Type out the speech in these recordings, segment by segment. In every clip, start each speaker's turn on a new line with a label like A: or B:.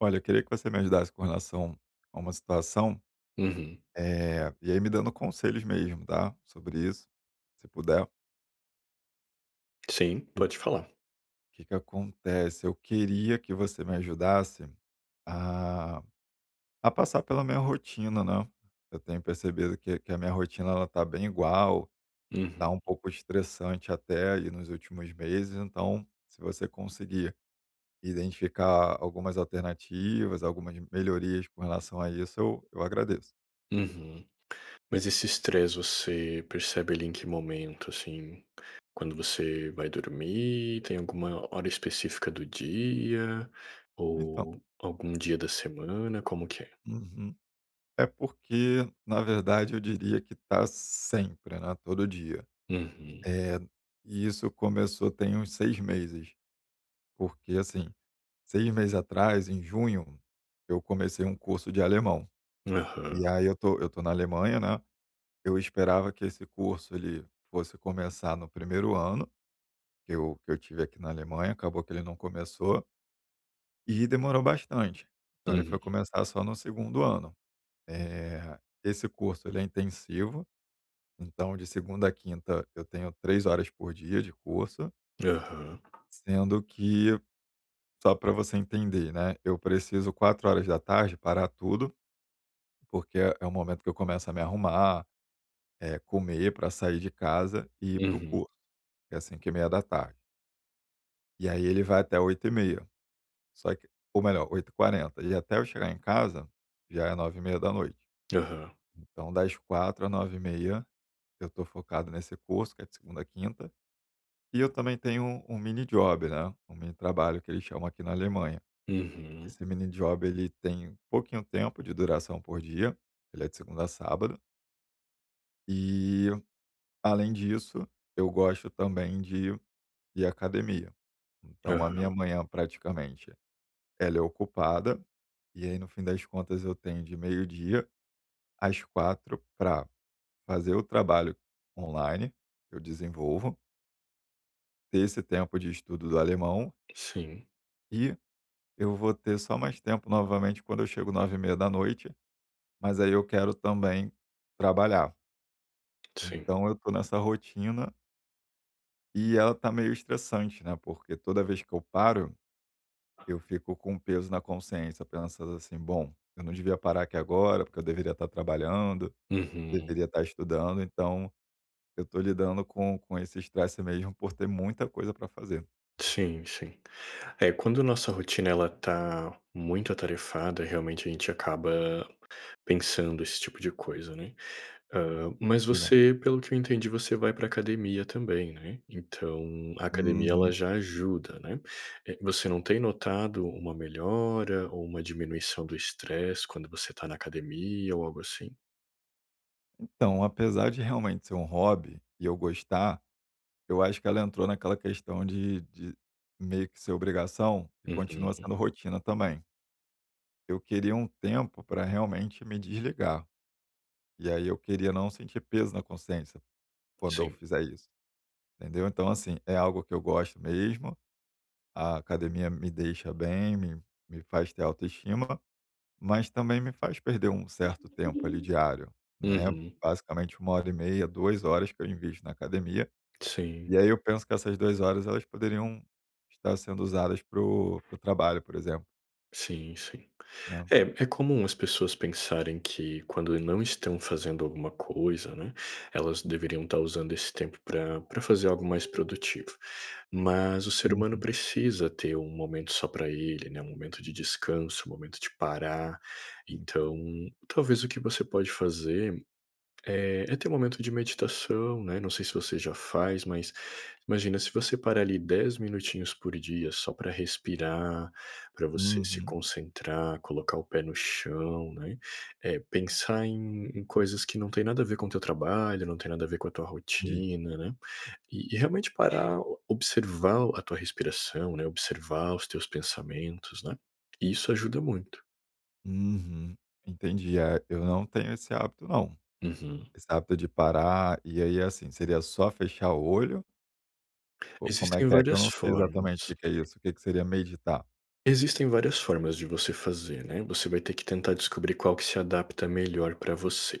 A: Olha, eu queria que você me ajudasse com relação a uma situação,
B: Uhum.
A: e aí me dando conselhos mesmo, tá, sobre isso, se puder.
B: Sim, pode falar.
A: O que que acontece? Eu queria que você me ajudasse a a passar pela minha rotina, né. Eu tenho percebido que a minha rotina ela tá bem igual,
B: Uhum,
A: tá um pouco estressante até aí nos últimos meses, então se você conseguir identificar algumas alternativas, algumas melhorias com relação a isso, eu agradeço.
B: uhum. Mas esse estresse você percebe ele em que momento, assim? Quando você vai dormir? Tem alguma hora específica do dia?
A: Então
B: Ou algum dia da semana? Como que é?
A: uhum. É porque, na verdade, eu diria que tá sempre, né, todo dia.
B: Uhum.
A: Eh, e isso começou tem uns 6 meses, porque, assim, 6 meses atrás, em junho, eu comecei um curso de alemão.
B: Aham.
A: E aí eu tô na Alemanha, né, eu esperava que esse curso ele fosse começar no primeiro ano que eu tive aqui na Alemanha, acabou que ele não começou e demorou bastante. Então ele
B: Uhum.
A: foi começar só no segundo ano. Esse curso ele é intensivo. Então, de segunda a quinta, eu tenho 3 horas por dia de curso,
B: Aham.
A: sendo que, só para você entender, né, eu preciso 16 horas parar tudo, porque é o momento que eu começo a me arrumar, comer para sair de casa e ir para o
B: Uhum.
A: curso, que é 17:30. E meia da tarde. E aí ele vai até 20:30, só que ou melhor, 20:40. E até eu chegar em casa, já é 21:30 da noite.
B: Aham.
A: Então das 16h às 21:30, eu estou focado nesse curso, que é de segunda a quinta. E eu também tenho um mini job, né, um mini trabalho que eles chamam aqui na Alemanha.
B: Uhum.
A: Esse mini job ele tem pouquinho tempo de duração por dia, ele é de segunda a sábado, e além disso, eu gosto também de ir à academia. Então a
B: Aham.
A: minha manhã praticamente, ela é ocupada, e aí no fim das contas eu tenho de 12h às 16h para fazer o trabalho online, que eu desenvolvo, ter esse tempo de estudo do alemão
B: Sim,
A: e eu vou ter só mais tempo novamente quando eu chego 21:30 da noite, mas aí eu quero também trabalhar.
B: sim.
A: Então eu tô nessa rotina e ela tá meio estressante, né, porque toda vez que eu paro, eu fico com um peso na consciência, pensando assim: "Bom, eu não devia parar aqui agora, porque eu deveria estar trabalhando,
B: Uhum.
A: deveria estar estudando", então eu tô lidando com esse estresse mesmo por ter muita coisa para fazer.
B: Sim, sim. É, quando nossa rotina ela tá muito atarefada, realmente a gente acaba pensando esse tipo de coisa, né. Hã, mas
A: Verdade.
B: você, pelo que eu entendi, você vai para academia também, né. Então a academia ela
A: Uhum.
B: já ajuda, né. Eh, você não tem notado uma melhora ou uma diminuição do estresse quando você está na academia ou algo assim?
A: Então, apesar de realmente ser um hobby e eu gostar, eu acho que ela entrou naquela questão de meio que ser obrigação e continua
B: Uhum,
A: sendo rotina também. Eu queria um tempo para realmente me desligar, e aí eu queria não sentir peso na consciência quando eu
B: sim.
A: fizer isso, entendeu. Então assim, é algo que eu gosto mesmo, a academia me deixa bem, me faz ter autoestima, mas também me faz perder um certo tempo ali diário, né,
B: Uhum.
A: basicamente uma hora e meia, 2 horas que eu invisto na academia.
B: Sim,
A: E aí eu penso que essas 2 horas elas poderiam estar sendo usadas para o para o trabalho, por exemplo,
B: sim, sim.
A: né.
B: É, é comum as pessoas pensarem que quando não estão fazendo alguma coisa, né, elas deveriam estar usando esse tempo para fazer algo mais produtivo. Mas o ser humano
A: Uhum,
B: precisa ter um momento só para ele, né, um momento de descanso, um momento de parar.
A: sim, sim.
B: Então, talvez o que você pode fazer é, é ter um momento de meditação, né, não sei se você já faz, mas imagina se você parar ali 10 minutinhos por dia só para respirar, para você se
A: Uhum,
B: concentrar, colocar o pé no chão, né, pensar em coisas que não tem nada a ver com o teu trabalho, não tem nada a ver com a tua
A: entendi.
B: rotina, né, e realmente parar, observar a tua respiração, né, observar os teus pensamentos, né, e isso ajuda muito.
A: Uhum, entendi. É, eu não tenho esse hábito não.
B: Uhum.
A: Esse hábito de parar e aí, assim, seria só fechar o olho? Co Como
B: Existem
A: é? Que eu
B: várias
A: não sei exatamente o
B: formas.
A: que que é isso. O que que seria meditar?
B: Existem várias formas de você fazer, né? Você vai ter que tentar descobrir qual que se adapta melhor para você.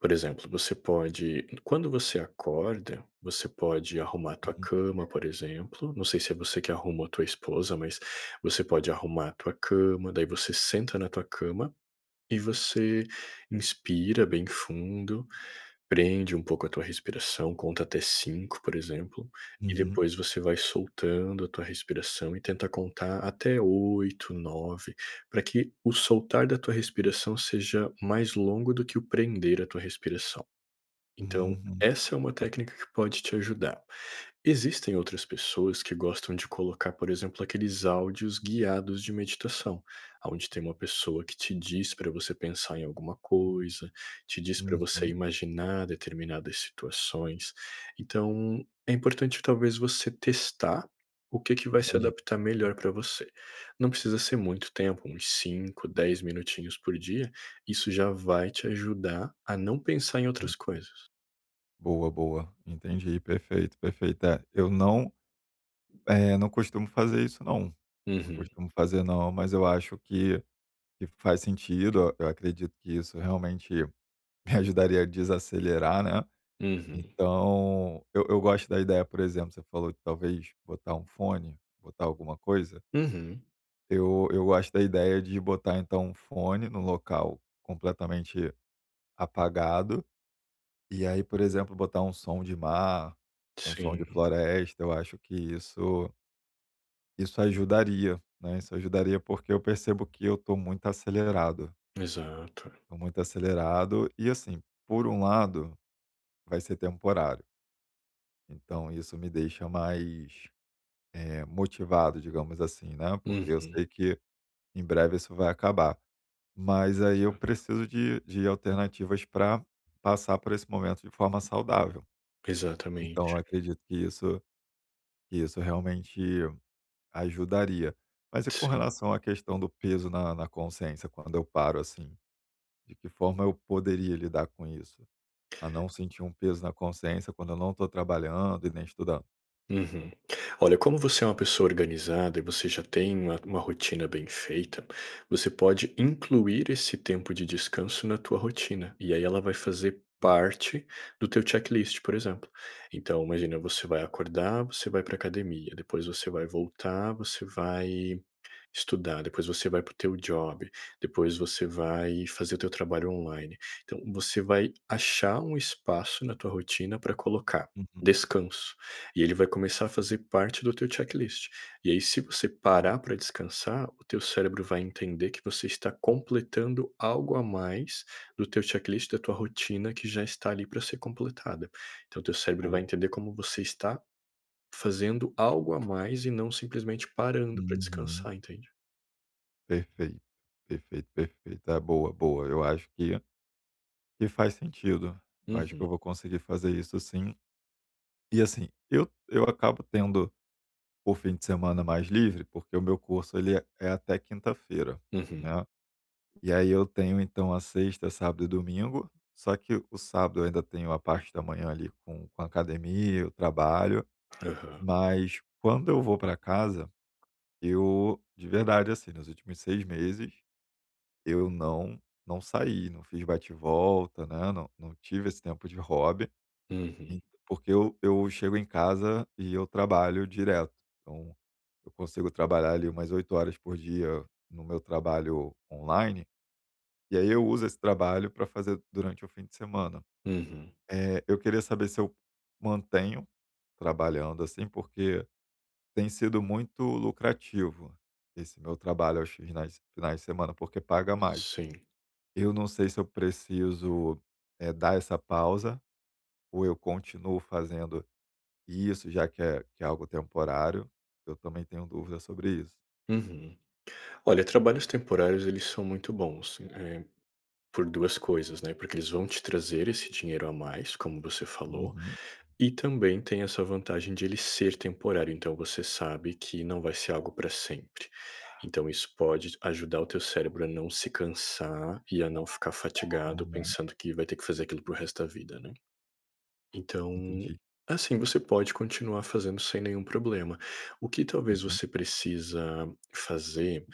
B: Por exemplo, você pode, quando você acorda, você pode arrumar a tua
A: Uhum,
B: cama, por exemplo. Não sei se é você que arruma ou tua esposa, mas você pode arrumar a tua cama, daí você senta na tua cama e você inspira bem fundo, prende um pouco a tua respiração, conta até 5, por exemplo, e
A: uhum,
B: depois você vai soltando a tua respiração e tenta contar até 8, 9, para que o soltar da tua respiração seja mais longo do que o prender a tua respiração. Então,
A: uhum,
B: essa é uma
A: tá.
B: técnica que pode te ajudar. Existem outras pessoas que gostam de colocar, por exemplo, aqueles áudios guiados de meditação, onde tem uma pessoa que te diz para você pensar em alguma coisa, te diz para você
A: Uhum,
B: imaginar determinadas situações. Então, é importante talvez você testar o que que vai se
A: entendi.
B: adaptar melhor para você. Não precisa ser muito tempo, uns 5, 10 minutinhos por dia, isso já vai te ajudar a não pensar em outras
A: Uhum.
B: coisas.
A: Boa, boa. Entendi, perfeito, perfeito. É, eu não, é, não costumo fazer isso não. Não
B: Uhum,
A: costumo fazer não, mas eu acho que faz sentido. Eu acredito que isso realmente me ajudaria a desacelerar, né.
B: uhum,
A: Então, eu gosto da ideia, por exemplo, você falou de talvez botar um fone, botar alguma coisa.
B: uhum.
A: Eu gosto da ideia de botar, então, um fone num local completamente apagado, e aí, por exemplo, botar um som de mar, um som
B: Sim,
A: de floresta. Eu acho que isso ajudaria, né, isso ajudaria, porque eu percebo que eu
B: exato.
A: estou muito acelerado e, assim, por um lado, vai ser temporário, então isso me deixa mais, motivado, digamos assim, né, porque eu
B: Uhum,
A: sei que em breve isso vai acabar. Mas aí eu
B: exato.
A: preciso de alternativas para passar por esse momento de forma saudável. Então
B: Exatamente.
A: eu acredito que isso, que isso realmente ajudaria. Mas e com
B: Sim.
A: relação à questão do peso na consciência, quando eu paro, assim, de que forma eu poderia lidar com isso? A não sentir um peso na consciência quando eu não estou trabalhando e nem estudando?
B: Uhum. Olha, como você é uma pessoa organizada e você já tem uma rotina bem feita, você pode incluir esse tempo de descanso na tua rotina, e aí ela vai fazer parte do teu checklist, por exemplo. Então imagina, você vai acordar, você vai para academia, depois você vai voltar, você vai estudar, depois você vai para o teu job, depois você vai fazer o teu trabalho online. Então você vai achar um espaço na tua rotina para colocar
A: Uhum,
B: descanso, e ele vai começar a fazer parte do teu checklist. E aí se você
A: entendi.
B: parar para descansar, o teu cérebro vai entender que você está completando algo a mais do teu checklist, da tua rotina que já está ali para ser completada. Então o teu cérebro vai
A: Boa.
B: entender como você está fazendo algo a mais e não simplesmente parando para
A: Uhum.
B: descansar, entende?
A: Perfeito, perfeito, perfeito. É, boa, boa. Eu acho que faz sentido. Eu acho que
B: Uhum,
A: eu vou conseguir fazer isso sim. E, assim, eu acabo tendo o fim de semana mais livre, porque o meu curso ele é até quinta-feira,
B: uhum,
A: né. E aí eu tenho então a sexta, sábado e domingo, só que o sábado eu ainda tenho a parte da manhã ali com a academia, o trabalho,
B: aham,
A: mas quando eu vou para casa, eu, de verdade, assim, nos últimos 6 meses, eu não saí, não fiz bate-volta, né? Não, não tive esse tempo de hobby,
B: uhum,
A: en- porque eu chego em casa e eu trabalho direto. Então, eu consigo trabalhar ali umas 8 horas por dia no meu trabalho online, e aí eu uso esse trabalho para fazer durante o fim de semana.
B: uhum,
A: Eu queria saber se eu mantenho trabalhando assim, porque tem sido muito lucrativo esse meu trabalho aos finais, finais de semana, porque paga mais.
B: sim,
A: Eu não sei se eu preciso, dar essa pausa ou eu continuo fazendo isso, já que é algo temporário. Eu também tenho dúvida sobre isso.
B: uhum. Olha, trabalhos temporários eles são muito bons, por 2 coisas, né, porque eles vão te trazer esse dinheiro a mais, como você falou,
A: Uhum,
B: e também tem essa vantagem de ele ser temporário, então você sabe que não vai ser algo para sempre. Então isso pode ajudar o teu cérebro a não se cansar e a não ficar fatigado
A: uhum,
B: pensando que vai ter que fazer aquilo para o resto da vida, né. Então,
A: entendi.
B: assim, você pode continuar fazendo sem nenhum problema. O que talvez
A: Uhum,
B: você precisa fazer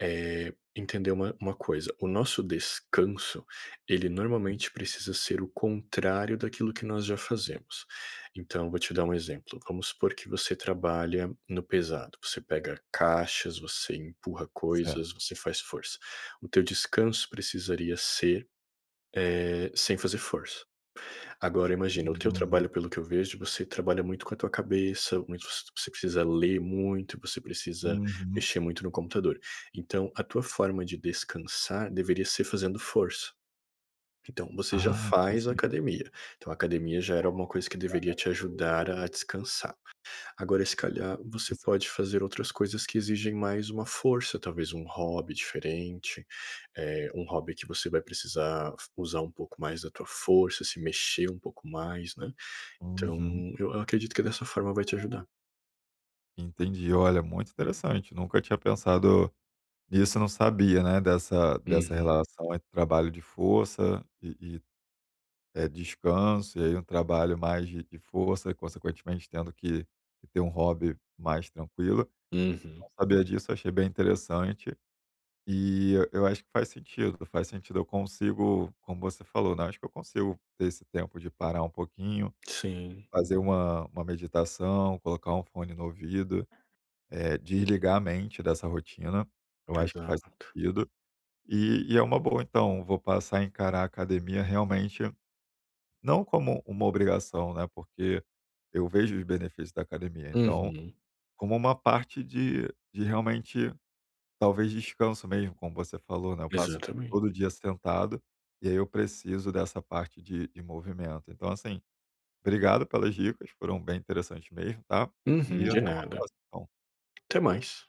B: é entender uma coisa. O nosso descanso, ele normalmente precisa ser o contrário daquilo que nós já fazemos. Então, vou te dar um exemplo. Vamos supor que você trabalha no pesado. Você pega caixas, você empurra
A: certo.
B: coisas, você faz força. O teu descanso precisaria ser sem fazer força. Agora imagina, o teu
A: Uhum,
B: trabalho pelo que eu vejo, você trabalha muito com a tua cabeça, muito você precisa ler muito, você precisa
A: uhum.
B: mexer muito no computador. Então a tua forma de descansar deveria ser fazendo força. Então você já
A: Ah,
B: faz
A: interessante.
B: academia, então a academia já era uma coisa que deveria te ajudar a descansar. Agora se calhar você
A: Interessa
B: pode fazer outras coisas que exigem mais uma força, talvez um hobby diferente, um hobby que você vai precisar usar um pouco mais da tua força, se mexer um pouco mais, né. Então,
A: Uhum,
B: eu acredito que dessa forma vai te ajudar.
A: entendi. Olha, muito interessante, nunca tinha pensado nisso, não sabia, né, dessa dessa
B: Uhum,
A: relação entre trabalho de força e, descanso, e aí um trabalho mais de força e consequentemente tendo que ter um hobby mais tranquilo.
B: uhum.
A: Não sabia disso, achei bem interessante, e eu acho que faz sentido, eu consigo, como você falou, né, acho que eu consigo ter esse tempo de parar um pouquinho,
B: Sim,
A: fazer uma meditação, colocar um fone no ouvido, desligar a mente dessa rotina, eu acho que faz
B: exato.
A: sentido. E é uma boa então, vou passar a encarar a academia realmente não como uma obrigação, né, porque eu vejo os benefícios da academia, então,
B: Uhum.
A: como uma parte de realmente, talvez descanso mesmo, como você falou, né, eu passo
B: Exatamente.
A: todo dia sentado, e aí eu preciso dessa parte de movimento. Então assim, obrigado pelas dicas, foram bem interessantes mesmo, tá,
B: Uhum.
A: e
B: De
A: até uma
B: nada.
A: próxima. Então.
B: Até mais.